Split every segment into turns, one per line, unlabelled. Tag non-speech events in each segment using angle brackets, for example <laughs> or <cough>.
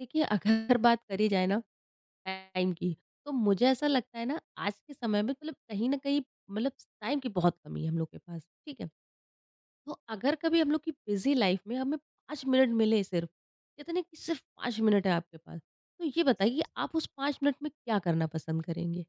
देखिए, अगर बात करी जाए ना टाइम की, तो मुझे ऐसा लगता है ना आज के समय में मतलब कहीं न कहीं मतलब टाइम की बहुत कमी है हम लोग के पास, ठीक है? तो अगर कभी हम लोग की बिज़ी लाइफ़ में हमें 5 मिनट मिले सिर्फ़, कहते हैं ना कि सिर्फ़ 5 मिनट है आपके पास, तो ये बताइए आप उस 5 मिनट में क्या करना पसंद करेंगे?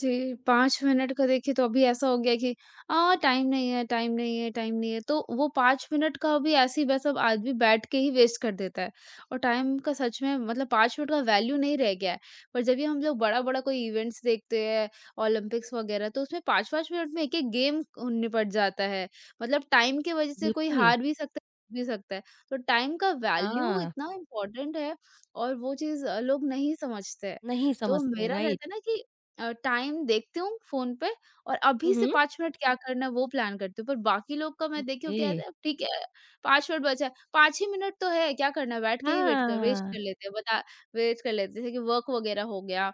जी, 5 मिनट का देखिए, तो अभी ऐसा हो गया कि टाइम नहीं है, टाइम नहीं है, टाइम नहीं है, तो वो 5 मिनट का भी ऐसे-वैसा आदमी बैठ के ही वेस्ट कर देता है। और टाइम का सच में मतलब 5 मिनट का वैल्यू नहीं रह गया है। पर जब भी हम लोग बड़ा-बड़ा कोई इवेंट्स देखते हैं, ओलंपिक्स वगैरह, तो उसमें 5-5 मिनट में एक-एक गेम निपट जाता है। मतलब टाइम की वजह से कोई
बिल्कुल,
हार भी सकता है, जीत भी सकता है। तो टाइम का वैल्यू
हाँ,
इतना इम्पोर्टेंट है, और वो चीज़ लोग नहीं समझते हैं।
नहीं
तो
समझते,
मेरा
राइट।
रहता है ना कि टाइम देखती हूँ फ़ोन पे, और अभी
हुँ,
से
हुँ,
5 मिनट क्या करना है वो प्लान करती हूँ। पर बाकी लोग का मैं देखी हूँ
ओके,
क्या कहते हैं। ठीक है, 5 मिनट बचा है, 5 ही मिनट तो है, क्या करना है, बैठ के ही वेट कर वेस्ट
हाँ।
कर लेते हैं बता वेस्ट कर लेते हैं। जैसे कि वर्क वगैरह हो गया,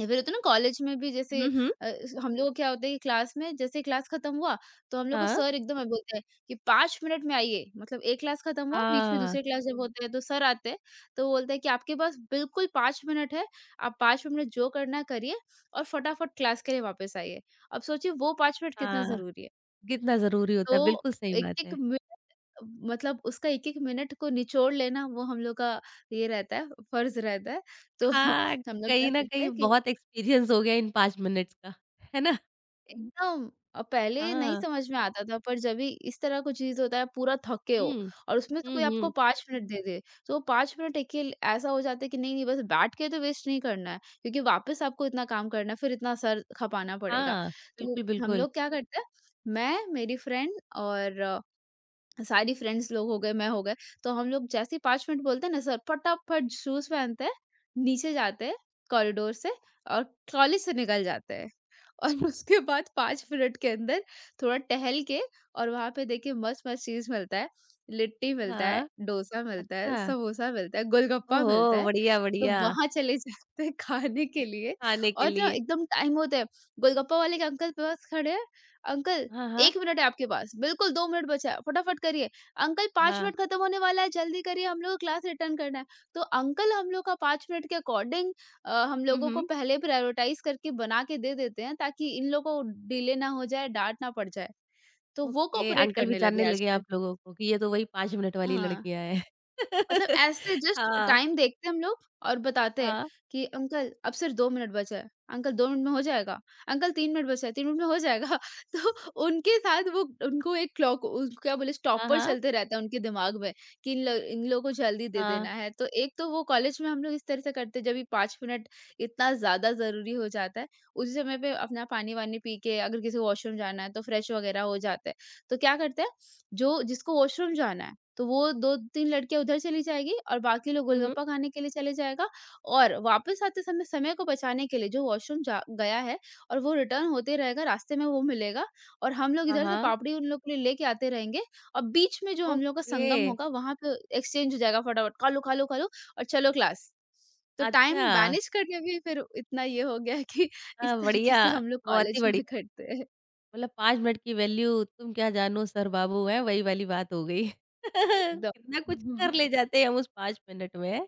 या फिर होता है ना कॉलेज में भी, जैसे
हुँ, हुँ,
अ, हम लोग को क्या होता है कि क्लास में, जैसे क्लास खत्म हुआ तो हम लोग को
हाँ,
सर एकदम ऐसे बोलते हैं कि पांच मिनट में आइए, मतलब एक क्लास खत्म हुआ, बीच में
हाँ,
दूसरे क्लास जब होते हैं तो सर आते हैं, तो बोलते हैं कि आपके पास बिल्कुल पांच मिनट है, आप पांच मिनट जो करना है करिए और फटाफट क्लास के लिए वापस आइए। अब सोचिए वो पांच मिनट कितना
हाँ,
जरूरी है।
कितना ज़रूरी
तो
होता है, बिल्कुल सही
एक
बात
एक
है।
मिनट, मतलब उसका एक एक मिनट को निचोड़ लेना वो हम लोग का ये रहता है, फर्ज रहता है। तो
हाँ,
<laughs> हम लोग क्या
कहीं न
करते
कहीं
हैं कि
बहुत एक्सपीरियंस हो गया इन 5 मिनट्स का, है ना?
एकदम पहले नहीं
हाँ,
समझ में आता था, पर जब भी इस तरह कुछ चीज़ होता है, पूरा थके हो
हुँ,
और उसमें से
हुँ,
कोई आपको
हुँ।
5 मिनट दे दे, तो वो 5 मिनट अकेले ऐसा हो जाता है कि नहीं, नहीं, बस बैठ के तो वेस्ट नहीं करना है, क्योंकि वापस आपको इतना काम करना है, फिर इतना सर खपाना पड़ेगा।
हाँ,
तो
बिल्कुल,
हम
बिल्कुल।
लोग क्या करते हैं, मैं, मेरी फ्रेंड और सारी फ्रेंड्स लोग हो गए, मैं हो गए, तो हम लोग जैसे ही 5 मिनट बोलते हैं ना सर, फटाफट शूज़ पहनते हैं, नीचे जाते हैं कॉरिडोर से, और कॉलेज से निकल जाते हैं। और <laughs> उसके बाद 5 मिनट के अंदर थोड़ा टहल के, और वहाँ पे देखिए मस्त-मस्त चीज़ मिलता है, लिट्टी मिलता है,
हाँ,
डोसा मिलता है,
अच्छा।
समोसा मिलता है, गोलगप्पा
ओहो!
मिलता है।
बढ़िया,
तो
बढ़िया,
वहाँ चले <laughs> जाते हैं खाने के लिए,
खाने के
और ना
लिए।
एकदम टाइम होता है, गोलगप्पा वाले के अंकल के पास खड़े हैं, "अंकल,
हाँ, हाँ,
1 मिनट है आपके पास, बिल्कुल 2 मिनट बचा है, फटाफट करिए। अंकल 5
हाँ।
मिनट खत्म होने वाला है, जल्दी करिए, हम लोग को क्लास अटेंड करना है।" तो अंकल हम लोग का 5 मिनट के अकॉर्डिंग हम
हुँ,
लोगों को
हुँ।
पहले प्रायोरिटाइज़ करके बना के दे देते हैं, ताकि इन लोगों को डिले ना हो जाए, डाँट ना पड़ जाए। तो वो
ओके,
कोऑपरेट
अंकल भी
करने
जानने
लगे
लगे आप
आजकल।
लोगों को कि ये तो वही 5 मिनट वाली
हाँ।
लड़कियाँ हैं।
मतलब
<laughs>
ऐसे जस्ट
हाँ,
टाइम देखते हम लोग, और बताते हैं
हाँ,
कि अंकल अब सिर्फ 2 मिनट बचा है, अंकल 2 मिनट में हो जाएगा, अंकल 3 मिनट बचा है, 3 मिनट में हो जाएगा। <laughs> तो उनके साथ वो, उनको एक क्लॉक, उस क्या बोले
हाँ,
स्टॉपर
हाँ,
चलते रहता है उनके दिमाग में कि इन लोगों को जल्दी दे देना
हाँ।
है। तो एक तो वो कॉलेज में हम लोग इस तरह से करते हैं, जब ये 5 मिनट इतना ज़्यादा ज़रूरी हो जाता है, उसी समय पे अपना पानी-वानी पी के, अगर किसी को वॉशरूम जाना है तो फ्रेश वगैरह हो जाते हैं। तो क्या करते हैं, जो जिसको वॉशरूम जाना है तो वो 2-3 लड़कियाँ उधर चली जाएगी, और बाकी लोग
हुँ, हुँ।
गोलगप्पा खाने के लिए चले जाएगा, और वापस आते समय समय को बचाने के लिए जो वॉशरूम जा गया है और वो रिटर्न होते रहेगा, रास्ते में वो मिलेगा, और हम लोग
हाँ,
इधर से
हाँ।
पापड़ी उन लोग के लिए लेके आते रहेंगे। और बीच में जो हम लोग का
ओके,
संगम होगा, वहाँ पे एक्सचेंज हो जाएगा फटाफट, "खा लो, खा लो, खा लो, और चलो क्लास।" तो टाइम
अच्छा।
मैनेज करके भी फिर इतना ये हो गया है कि इस
हाँ,
तरीके
बढ़िया,
से हम लोग
बहुत ही
कॉलेज में
बढ़िया।
करते हैं।
मतलब 5 मिनट की वैल्यू तुम क्या जानो सर बाबू हैं, वही वाली बात हो गई। <laughs>
एकदम।
कितना कुछ कर ले जाते हैं हम उस 5 मिनट में।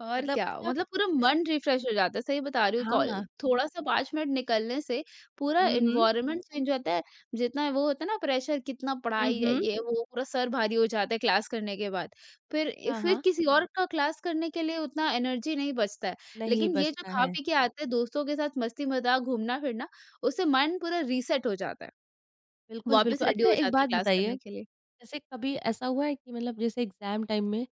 और
मतलब
क्या,
अच्छा
मतलब पूरा
इस
मन रिफ्रेश हो जाता है, सही बता रही हूँ कॉल
हाँ।
थोड़ा-सा 5 मिनट निकलने से पूरा हुँ।
हुँ, हुँ।
एनवायरनमेंट चेंज हो जाता है, जितना वो होता है ना प्रेशर, कितना
हुँ,
पढ़ाई है,
हुँ।
ये वो पूरा सर भारी हो जाता है क्लास करने के बाद। फिर
हाँ, हाँ।
किसी और हुँ। का क्लास करने के लिए उतना एनर्जी नहीं बचता है।
नहीं
लेकिन ये जो
बचता
खा
है।
पी के आते हैं दोस्तों के साथ मस्ती-मज़ाक, घूमना-फिरना, उससे माइंड पूरा रीसेट हो जाता है,
बिल्कुल,
वापस
बिल्कुल।
रेडी
अच्छा
हो
एक
जाते हैं
बात
क्लास
बताइए,
करने के लिए।
जैसे कभी ऐसा हुआ है कि मतलब जैसे एग्ज़ाम टाइम में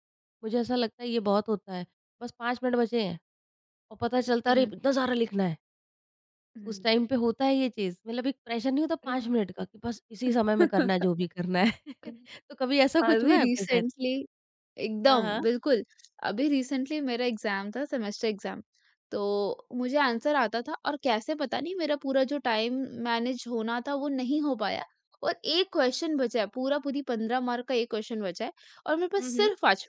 मुझे ऐसा लगता है ये बहुत होता है, बस 5 मिनट बचे हैं और पता चलता है अरे!
हुँ।
इतना सारा लिखना है। उस टाइम पे होता है ये चीज़, मतलब एक प्रेशर नहीं होता 5 मिनट का कि बस इसी समय में करना है
<laughs>
जो भी करना है। <laughs>
<laughs>
तो कभी ऐसा कुछ हुआ
अभी
है आपके साथ?
रिसेंटली
हाँ,
एकदम
हाँ।
बिल्कुल, अभी रिसेंटली मेरा एग्ज़ाम था, सेमेस्टर एग्ज़ाम। तो मुझे आंसर आता था, और कैसे पता नहीं मेरा पूरा जो टाइम मैनेज होना था वो नहीं हो पाया, और 1 क्वेश्चन बचा है, पूरा पूरी 15 मार्क का 1 क्वेश्चन बचा है, और मेरे पास
हुँ, हुँ।
सिर्फ 5।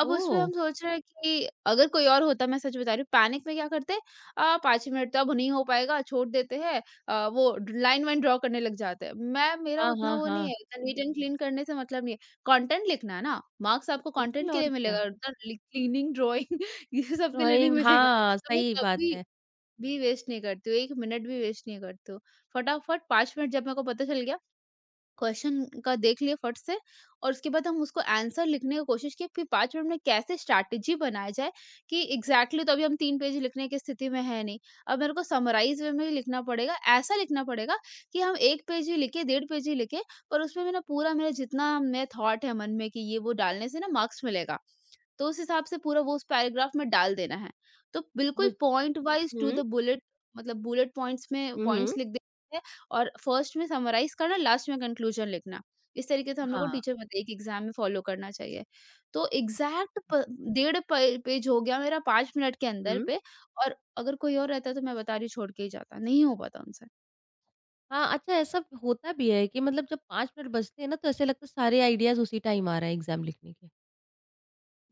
अब उसमें
ओह!
हम सोच रहे हैं कि अगर कोई और होता, मैं सच बता रही हूँ, पैनिक में क्या करते, 5 मिनट तो अब नहीं हो पाएगा, छोड़ देते हैं, वो लाइन वाइन ड्रॉ करने लग जाते हैं। मैं मेरा
हाँ,
उतना
हाँ,
वो नहीं है,
हाँ।
इतना नीट एंड क्लीन करने से मतलब नहीं है। कंटेंट लिखना है ना, मार्क्स आपको कंटेंट
बिल्कुल
के
और
लिए
क्या।
मिलेगा, उतना लि क्लीनिंग ड्राइंग <laughs> ये सब के लिए नहीं
ड्राइंग
मिलेगा।
हाँ,
तो मैं
सही बात
कभी
है।
भी वेस्ट नहीं करती हूँ, 1 मिनट भी वेस्ट नहीं करती हूँ। फटाफट 5 मिनट जब मेरे को पता चल गया, क्वेश्चन का देख लिए फट से, और उसके बाद हम उसको आंसर लिखने की कोशिश की, फिर 5 मिनट में कैसे स्ट्रैटेजी बनाया जाए कि एग्जैक्टली। तो अभी हम 3 पेज लिखने की स्थिति में है नहीं। अब मेरे को समराइज़ वे में ही लिखना पड़ेगा, ऐसा लिखना पड़ेगा कि हम 1 पेज ही लिखें, डेढ़ पेज ही लिखें, पर उसमें मेरा जितना मैं थॉट है मन में कि ये वो डालने से ना मार्क्स मिलेगा। तो उस हिसाब से पूरा वो उस पैराग्राफ में डाल देना है। तो बिल्कुल
मुझ
पॉइंट वाइज़ टू
हुँ,
द बुलेट, मतलब बुलेट पॉइंट्स में
हुँ, हुँ।
पॉइंट्स लिख देते हैं। और फर्स्ट में समराइज़ करना, लास्ट में कंक्लूजन लिखना। इस तरीके से हम लोग को
हाँ,
टीचर एक एग्ज़ाम में फॉलो करना चाहिए। तो एग्ज़ैक्ट प डेढ़ प पेज हो गया मेरा 5 मिनट के अंदर
हुँ।
पे। और अगर कोई और रहता तो मैं बता रही हूँ छोड़ के ही जाता, नहीं हो पाता उनसे।
हाँ, अच्छा ऐसा होता भी है कि मतलब जब 5 मिनट बचते हैं ना तो ऐसा लगता है सारे आइडियाज़ उसी टाइम आ रहे हैं एग्ज़ाम लिखने के।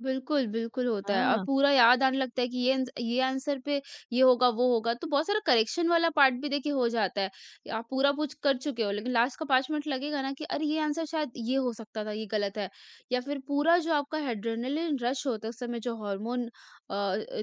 बिल्कुल, बिल्कुल होता है, और
हाँ।
पूरा याद आने लगता है कि ये आंसर पे ये होगा, वो होगा, तो बहुत सारा करेक्शन वाला पार्ट भी देखिए हो जाता है। आप पूरा पूछ कर चुके हो, लेकिन लास्ट का 5 मिनट लगेगा ना कि अरे! ये आंसर शायद ये हो सकता था, ये गलत है, या फिर पूरा जो आपका एड्रेनालिन रश होता है, उस समय जो हार्मोन अ,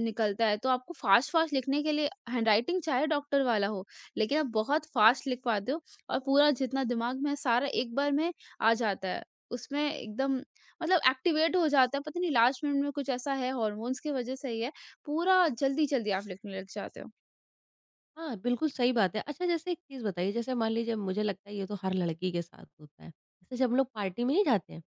निकलता है, तो आपको फ़ास्ट-फ़ास्ट लिखने के लिए हैंडराइटिंग चाहे डॉक्टर वाला हो, लेकिन आप बहुत फ़ास्ट लिख पाते हो, और पूरा जितना दिमाग में है सारा एक बार में आ जाता है। उसमें एकदम, मतलब एक्टिवेट हो जाता है, पता नहीं लास्ट मिनट में कुछ ऐसा है, हॉर्मोन्स की वजह से ही है, पूरा जल्दी जल्दी आप लिखने लग जाते हो।
हाँ, बिल्कुल सही बात है। अच्छा जैसे एक चीज़ बताइए जैसे मान लीजिए मुझे लगता है ये तो हर लड़की के साथ होता है। जैसे जब हम लोग पार्टी में नहीं जाते हैं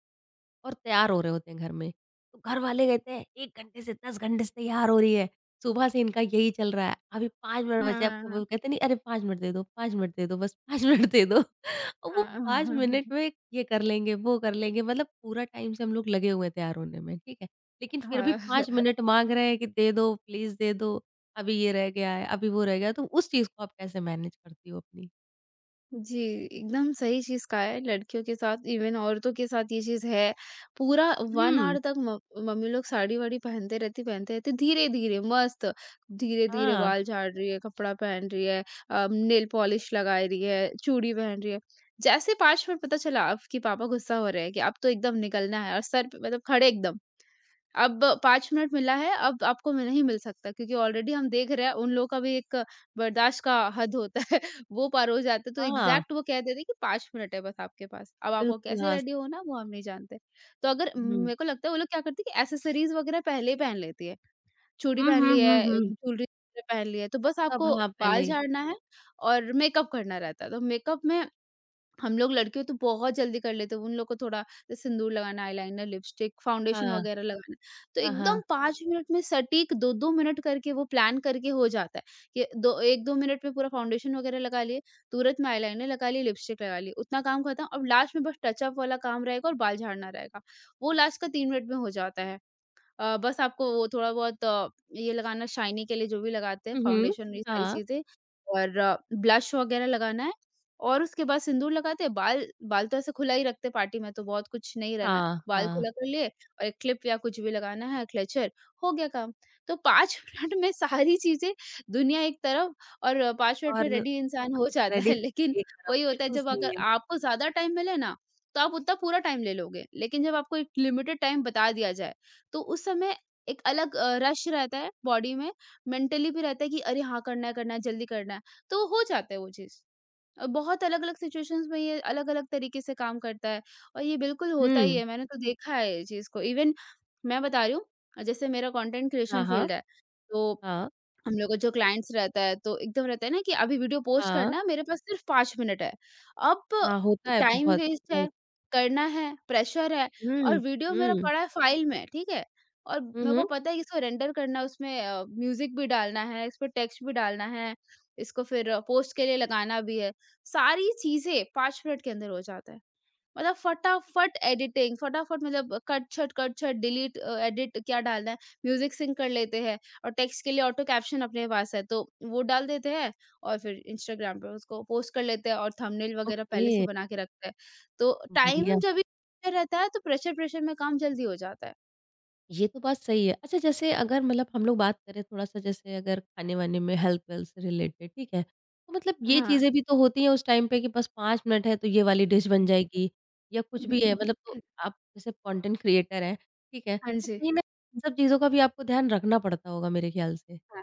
और तैयार हो रहे होते हैं घर में, तो घर वाले कहते हैं 1 घंटे से 10 घंटे से तैयार हो रही है, सुबह से इनका यही चल रहा है, अभी 5 मिनट बचे
हाँ,
हैं अब तो
हाँ,
वो कहते नहीं अरे 5 मिनट दे दो, 5 मिनट दे दो बस 5 <laughs> मिनट दे दो। और वो
हाँ,
5 मिनट
हाँ,
में ये कर लेंगे, वो कर लेंगे, मतलब पूरा टाइम से हम लोग लगे हुए हैं तैयार होने में, ठीक है। लेकिन
<laughs>
फिर भी 5
हाँ,
मिनट माँग रहे हैं कि दे दो, प्लीज़ दे दो, अभी ये रह गया है, अभी वो रह गया है, तो उस चीज़ को आप कैसे मैनेज करती हो अपनी?
जी, एकदम सही चीज़ कहा है, लड़कियों के साथ इवन औरतों के साथ ये चीज़ है। पूरा 1
हुँ,
ऑवर तक म मम्मी लोग साड़ी-वाड़ी पहनते रहती, धीरे-धीरे मस्त, धीरे-धीरे
हाँ,
बाल झाड़ रही है, कपड़ा पहन रही है, नेल पॉलिश लगा रही है, चूड़ी पहन रही है। जैसे 5 मिनट पता चला आपके पापा गुस्सा हो रहे हैं कि अब तो एकदम निकलना है, और सर पे, मतलब खड़े एकदम। अब 5 मिनट मिला है, अब आपको नहीं मिल सकता, क्योंकि ऑलरेडी हम देख रहे हैं उन लोगों का भी एक बर्दाश्त का हद होता है, <laughs> वो पार हो जाते हैं। तो
हाँ,
एग्ज़ैक्ट वो कह देते हैं कि 5 मिनट है बस आपके पास, अब आपको
बिल्कुल,
कैसे
हाँ।
रेडी होना है वो हम नहीं जानते। तो अगर
हुँ,
मेरे को लगता है वो लोग क्या करते हैं कि एक्सेसरीज़ वग़ैरह पहले ही पहन लेती है, चूड़ी
हुँ,
पहन
हुँ,
ली
हुँ,
है,
हुँ।
ज्वेलरी पहन ली है, तो
सब
बस
सब
आपको
हाँ,
बाल
पहले
झाड़ना है, और मेकअप करना रहता है। तो मेकअप में हम लोग लड़कियों तो बहुत जल्दी कर लेते हैं, उन लोग को थोड़ा सिंदूर लगाना, आईलाइनर, लिपस्टिक, फाउंडेशन
हाँ,
वगैरह लगाना। तो
हाँ,
एकदम
हाँ।
5 मिनट में सटीक 2-2 मिनट करके वो प्लान करके हो जाता है कि दो 1-2 मिनट में पूरा फाउंडेशन वगैरह लगा लिए, तुरंत में आईलाइनर लगा लिए, लिपस्टिक लगा लिए। उतना काम खत्म, अब लास्ट में बस टचअप वाला काम रहेगा और बाल झाड़ना रहेगा। वो लास्ट का 3 मिनट में हो जाता है। बस आपको वो थोड़ा बहुत ये लगाना शाइनी के लिए जो भी लगाते हैं
हुँ, हुँ,
फाउंडेशन ये हुँ। सारी
हाँ,
चीज़ें और ब्लश वगैरह लगाना है और उसके बाद सिंदूर लगाते हैं, बाल बाल तो ऐसे खुला ही रखते हैं पार्टी में तो बहुत कुछ नहीं रहना,
हाँ,
बाल
हाँ
खुला कर लिए और एक क्लिप या कुछ भी लगाना है, क्लचर हो गया काम। तो 5 <laughs> मिनट में सारी चीज़ें दुनिया एक तरफ और 5 मिनट
और
में रेडी इंसान हो जाता
रेडी
है। लेकिन
एक तरफ,
वही होता है
बिल्कुल
जब
सही
अगर
है।
आपको ज़्यादा टाइम मिले ना, तो आप उतना पूरा टाइम ले लोगे। लेकिन जब आपको एक लिमिटेड टाइम बता दिया जाए तो उस समय एक अलग रश रहता है बॉडी में, मेंटली भी रहता है कि अरे हाँ, करना है, जल्दी करना है। तो हो जाता है वो चीज़। बहुत अलग-अलग सिचुएशंस में ये अलग-अलग तरीके से काम करता है और ये बिल्कुल होता ही
हुँ,
है, मैंने तो देखा है ये चीज़ को। इवन मैं बता रही हूँ जैसे मेरा कंटेंट
हाँ,
क्रिएशन
हाँ,
फील्ड है, तो
हाँ,
हम लोग का जो क्लाइंट्स रहता है तो एकदम रहता है ना कि अभी वीडियो पोस्ट
हाँ।
करना है मेरे पास सिर्फ 5 मिनट है। अब
हाँ, होता है
टाइम
बहुत,
वेस्ट है,
राइट।
करना है, प्रेशर है
हुँ,
और वीडियो मेरा
हुँ।
पड़ा है फाइल में, ठीक है? और
हुँ,
मेरे को
हुँ।
पता है कि इसको रेंडर करना है उसमें म्यूज़िक भी डालना है, इसमें टेक्स्ट भी डालना है, इसको फिर पोस्ट के लिए लगाना भी है। सारी चीज़ें 5 मिनट के अंदर हो जाता है। मतलब फटाफट एडिटिंग फटाफट मतलब कट-छट कट-छट डिलीट एडिट क्या डालना है, म्यूज़िक सिंक कर लेते हैं और टेक्स्ट के लिए ऑटो कैप्शन अपने पास है तो वो डाल देते हैं और फिर इंस्टाग्राम पे उसको पोस्ट कर लेते हैं और थंबनेल वगैरह पहले से
ओके,
बना के रखते हैं। तो
बढ़िया।
टाइम जब भी रहता है तो प्रेशर प्रेशर में काम जल्दी हो जाता है।
ये तो बात सही है। अच्छा जैसे अगर मतलब हम लोग बात करें थोड़ा-सा जैसे अगर खाने-वाने में हेल्थ-वेल्थ से रिलेटेड, ठीक है? तो मतलब ये
हाँ।
चीज़ें भी तो होती हैं उस टाइम पे कि बस 5 मिनट है तो ये वाली डिश बन जाएगी या कुछ भी है मतलब तो
<laughs>
आप जैसे कंटेंट क्रिएटर हैं, ठीक है?
हाँ
तो
जी।
कहीं न इन सब चीज़ों का भी आपको ध्यान रखना पड़ता होगा मेरे ख्याल से।
हाँ।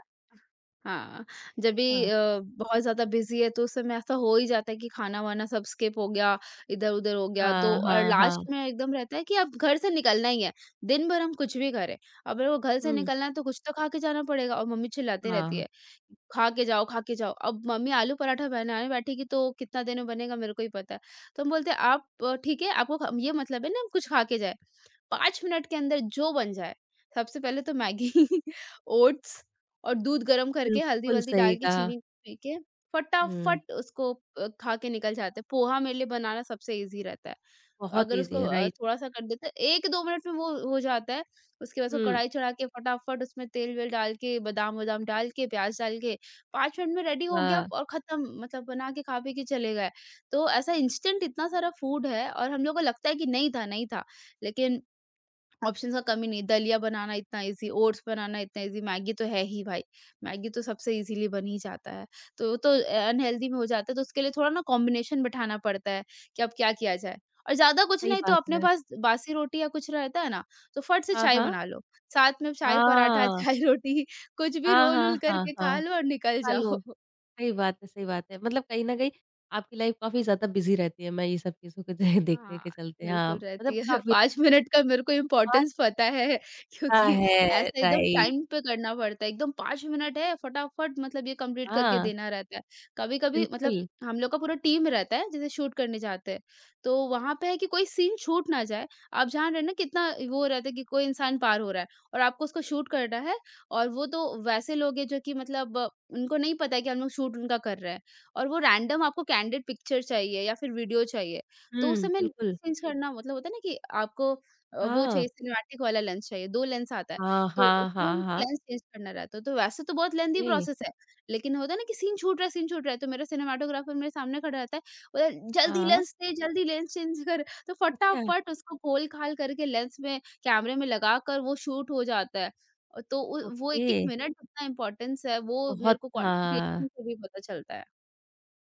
हाँ, जब भी
हाँ।
बहुत ज़्यादा बिज़ी है तो उस समय ऐसा हो ही जाता है कि खाना-वाना सब स्किप हो गया, इधर-उधर हो गया तो
हाँ,
और
हाँ, हाँ।
लास्ट में एकदम रहता है कि अब घर से निकलना ही है। दिन भर हम कुछ भी करें, अगर वो घर से
हुँ,
निकलना है तो कुछ तो खा के जाना पड़ेगा और मम्मी चिल्लाती रहती
हाँ।
है, "खा के जाओ, खा के जाओ।" अब मम्मी आलू पराठा बनाने बैठेगी तो कितना देर में बनेगा मेरे को ही पता है। तो हम बोलते हैं, "आप ठीक है, आपको ख ये मतलब है ना हम कुछ खा के जाएँ।" 5 मिनट के अंदर जो बन जाए, सबसे पहले तो मैगी, <laughs> ओट्स और दूध गर्म करके
बिल्कुल
हल्दी-वल्दी
सही
डाल के
कहा।
चीनी पी के
हुँ,
फटाफट उसको खा के निकल जाते हैं। पोहा मेरे लिए बनाना सबसे ईज़ी रहता है।
बहुत
अगर
ईज़ी
उसको
है, राइट।
थोड़ा-सा कर देते हैं 1-2 मिनट में वो हो जाता है। उसके बाद उसको
हुँ।
कढ़ाई चढ़ा के फटाफट उसमें तेल-वेल डाल के बादाम-वादाम डाल के, प्याज़ डाल के 5 मिनट में रेडी हो गया
हाँ,
और ख़त्म मतलब बना के खा-पी के चले गए। तो ऐसा इंस्टेंट इतना सारा फूड है और हम लोग को लगता है कि नहीं था, नहीं था। लेकिन ऑप्शंस का कमी नहीं, दलिया बनाना इतना ईज़ी, ओट्स बनाना इतना ईज़ी, मैगी तो है ही भाई, मैगी तो सबसे ईज़िली बन ही जाता है। तो वो तो अनहेल्दी में हो जाता है, तो उसके लिए थोड़ा ना कॉम्बिनेशन बिठाना पड़ता है कि अब क्या किया जाए। और ज़्यादा कुछ
सही
नहीं तो
बात
अपने
है।
पास बासी रोटी या कुछ रहता है ना, तो फट से
हाँ,
चाय
हाँ।
बना लो। साथ में चाय पराठा,
हाँ।
<laughs> चाय रोटी कुछ भी
हाँ, हाँ,
रोल-वूल
हाँ,
करके खा
हाँ।
लो और निकल
हेलो,
जाओ।
सही बात है, सही बात है। मतलब कहीं न कहीं आपकी लाइफ़ काफ़ी ज़्यादा बिज़ी रहती है, मैं ये सब चीज़ों को दे देखने
हाँ,
के चलते हाँ,
बिल्कुल रहती
मतलब
है <laughs>
काफ़ी
5 मिनट का मेरे को
अच्छा
इम्पोर्टेंस पता है क्योंकि
है,
ऐसा एकदम
राइट।
टाइम पे करना पड़ता है, एकदम 5 मिनट है फटाफट मतलब ये कंप्लीट करके
हाँ,
देना रहता है। कभी-कभी मतलब
बिल्कुल।
हम लोग का पूरा टीम रहता है जैसे शूट करने जाते हैं, तो वहाँ पे है कि कोई सीन छूट ना जाए। आप जान रहे हैं ना कितना वो रहता है कि कोई इंसान पार हो रहा है और आपको उसको शूट करना है और वो तो वैसे लोग हैं जो कि मतलब उनको नहीं पता है कि हम लोग शूट उनका कर रहे हैं और वो रैंडम आपको कैंडिड पिक्चर चाहिए या फिर वीडियो चाहिए। तो उस
हुँ,
समय
बिल्कुल।
चेंज करना मतलब होता है ना कि आपको वो
हाँ।
चाहिए सिनेमैटिक वाला लेंस चाहिए, 2 लेंस आता है,
हाँ,
तो
हाँ,
उसमें
हाँ, हाँ।
लेंस चेंज करना रहता है। तो वैसे तो बहुत लेंदी
ओके।
प्रोसेस है, लेकिन होता है ना कि सीन छूट रहा है सीन छूट रहा है, तो मेरा सिनेमैटोग्राफर मेरे सामने खड़ा रहता है, बोला, "जल्दी
हाँ।
लेंस दे, जल्दी लेंस चेंज <laughs> कर।" तो
अच्छा,
फटाफट उसको घोल-घाल करके लेंस में कैमरे में लगाकर वो शूट हो जाता है। तो उ वो
ओके।
1-1 मिनट इतना इम्पोर्टेंस है, वो मेरे
बहुत
को कंटेंट
हाँ।
क्रिएशन से भी पता चलता है।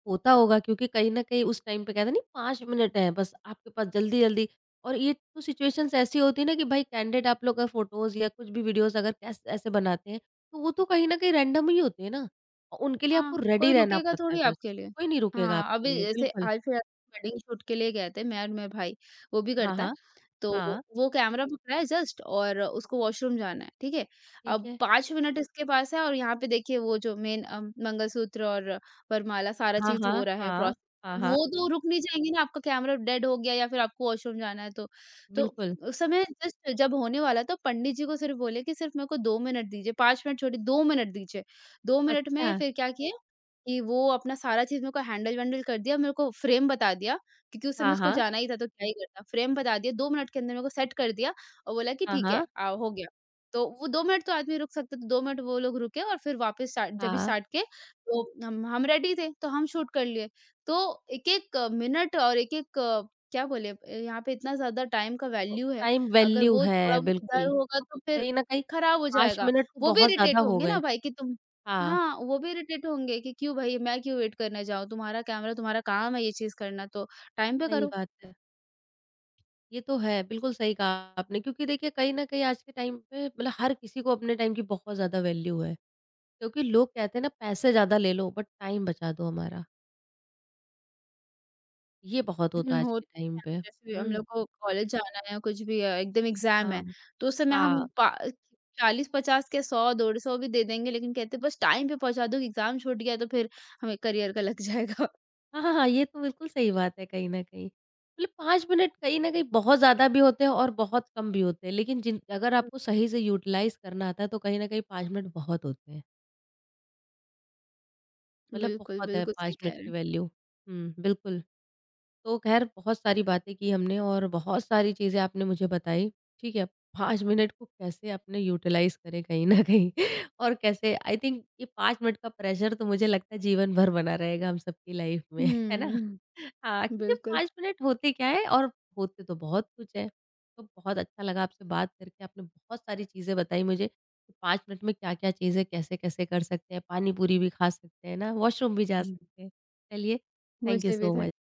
होता होगा क्योंकि कहीं न कहीं उस टाइम पे कहते हैं नहीं 5 मिनट हैं बस आपके पास जल्दी-जल्दी और ये तो सिचुएशंस ऐसी होती है ना कि भाई कैंडिड आप लोग का फ़ोटोज़ या कुछ भी वीडियोज़ अगर कैस ऐसे बनाते हैं, तो वो तो कहीं न कहीं रैंडम ही होते हैं ना। और उनके लिए
हाँ,
आपको रेडी
कोई
रहना
रुकेगा
पड़ता है
थोड़ी
बस,
आपके लिए।
कोई नहीं रुकेगा
हाँ,
आपके
अभी
लिए,
जैसे
बिल्कुल।
हाल फिलहाल वेडिंग शूट के लिए गए थे मैं और मेरा भाई, वो भी
हाँ,
करता है।
हाँ।
तो
हाँ,
वो कैमरा पकड़ा है जस्ट और उसको वॉशरूम जाना है, ठीक है?
ठीक
अब
है।
5 मिनट इसके पास है और यहाँ पे देखिए वो जो मेन मंगलसूत्र और वरमाला सारा
हाँ,
चीज़ हो
हाँ,
रहा है
हाँ।
प्रोसेस।
हाँ,
अब
हाँ,
वो तो रुक नहीं जाएँगे ना, आपका कैमरा डेड हो गया या फिर आपको वॉशरूम जाना है तो। तो
बिल्कुल।
उस समय जस्ट जब होने वाला तो पंडित जी को सिर्फ बोले कि सिर्फ मेरे को 2 मिनट दीजिए, 5 मिनट छोड़िए 2 मिनट दीजिए। 2 मिनट में
अच्छा।
फिर क्या किए कि वो अपना सारा चीज़ मेरे को हैंडल-वैंडल कर दिया, मेरे को फ्रेम बता दिया क्योंकि उस समय
हाँ,
उसको
हाँ।
जाना ही था तो क्या ही करना। फ्रेम बता दिया, 2 मिनट के अंदर मेरे को सेट कर दिया और बोला कि
हाँ,
ठीक है
हाँ।
हो गया। तो वो 2 मिनट तो आदमी रुक सकता है, तो 2 मिनट वो लोग रुके और फिर वापस स्टार्ट जब भी
हाँ।
स्टार्ट किए तो हम रेडी थे, तो हम शूट कर लिए। तो एक-एक मिनट और एक-एक क्या बोले यहाँ पे इतना ज़्यादा टाइम का
तो
वैल्यू है,
टाइम
अगर
वैल्यू
वो थोड़ा
है,
बहुत इधर
बिल्कुल।
होगा
अब
तो फिर
कहीं न कहीं
खराब हो
5
जाएगा।
मिनट तो
वो भी
बहुत ज़्यादा
इरिटेट
हो
होंगे ना
गए।
भाई कि तुम
हाँ।
हाँ, वो भी इरिटेट होंगे कि क्यों भई मैं क्यों वेट करने जाऊँ, तुम्हारा कैमरा तुम्हारा काम है ये चीज़ करना तो टाइम पे
सही
करो।
बात है। ये तो है, बिल्कुल सही कहा आपने क्योंकि देखिए कहीं न कहीं आज के टाइम पे मतलब हर किसी को अपने टाइम की बहुत ज़्यादा वैल्यू है। क्योंकि लोग कहते हैं ना पैसे ज़्यादा ले लो बट टाइम बचा दो हमारा, ये बहुत होता
हुँ,
है आज के
होता
टाइम
है
पे।
ना जैसे हम
हुँ,
लोग को कॉलेज जाना है या कुछ भी है, एकदम एग्ज़ाम
हाँ,
है, तो उस समय हम
हाँ।
पा 40-50 क्या 100-150 भी दे देंगे लेकिन कहते हैं बस टाइम पे पहुँचा दो एग्ज़ाम छूट गया तो फिर हमें करियर का लग जाएगा।
हाँ, हाँ, हाँ, ये तो बिल्कुल सही बात है कहीं न कहीं। मतलब 5 मिनट कहीं न कहीं बहुत ज़्यादा भी होते हैं और बहुत कम भी होते हैं, लेकिन जिन अगर आपको
<laughs>
सही से यूटिलाइज़ करना आता है तो कहीं न कहीं 5 मिनट बहुत होते हैं। मतलब
बिल्कुल,
बहुत है
बिल्कुल सही
5
कह
मिनट
रहे हैं।
की वैल्यू। हुँ, बिल्कुल। तो ख़ैर बहुत सारी बातें की हमने और बहुत सारी चीज़ें आपने मुझे बताई, ठीक है। 5 मिनट को कैसे अपने यूटिलाइज़ करें कहीं न कहीं <laughs> और कैसे आई थिंक ये 5 मिनट का प्रेशर तो मुझे लगता है जीवन भर बना रहेगा हम सबकी लाइफ़ में, <laughs> है ना?
हुँ,
हाँ, क्योंकि
बिल्कुल।
5 मिनट होते क्या है और होते तो बहुत कुछ है। तो बहुत अच्छा लगा आपसे बात करके, आपने बहुत सारी चीज़ें बताई मुझे कि 5 मिनट में क्या-क्या चीज़ें कैसे-कैसे कर सकते हैं, पानी पूरी भी खा सकते हैं ना, वॉशरूम भी जा
हम्म।
सकते हैं। चलिए, थैंक यू
मुझे भी
सो
थैंक
मच।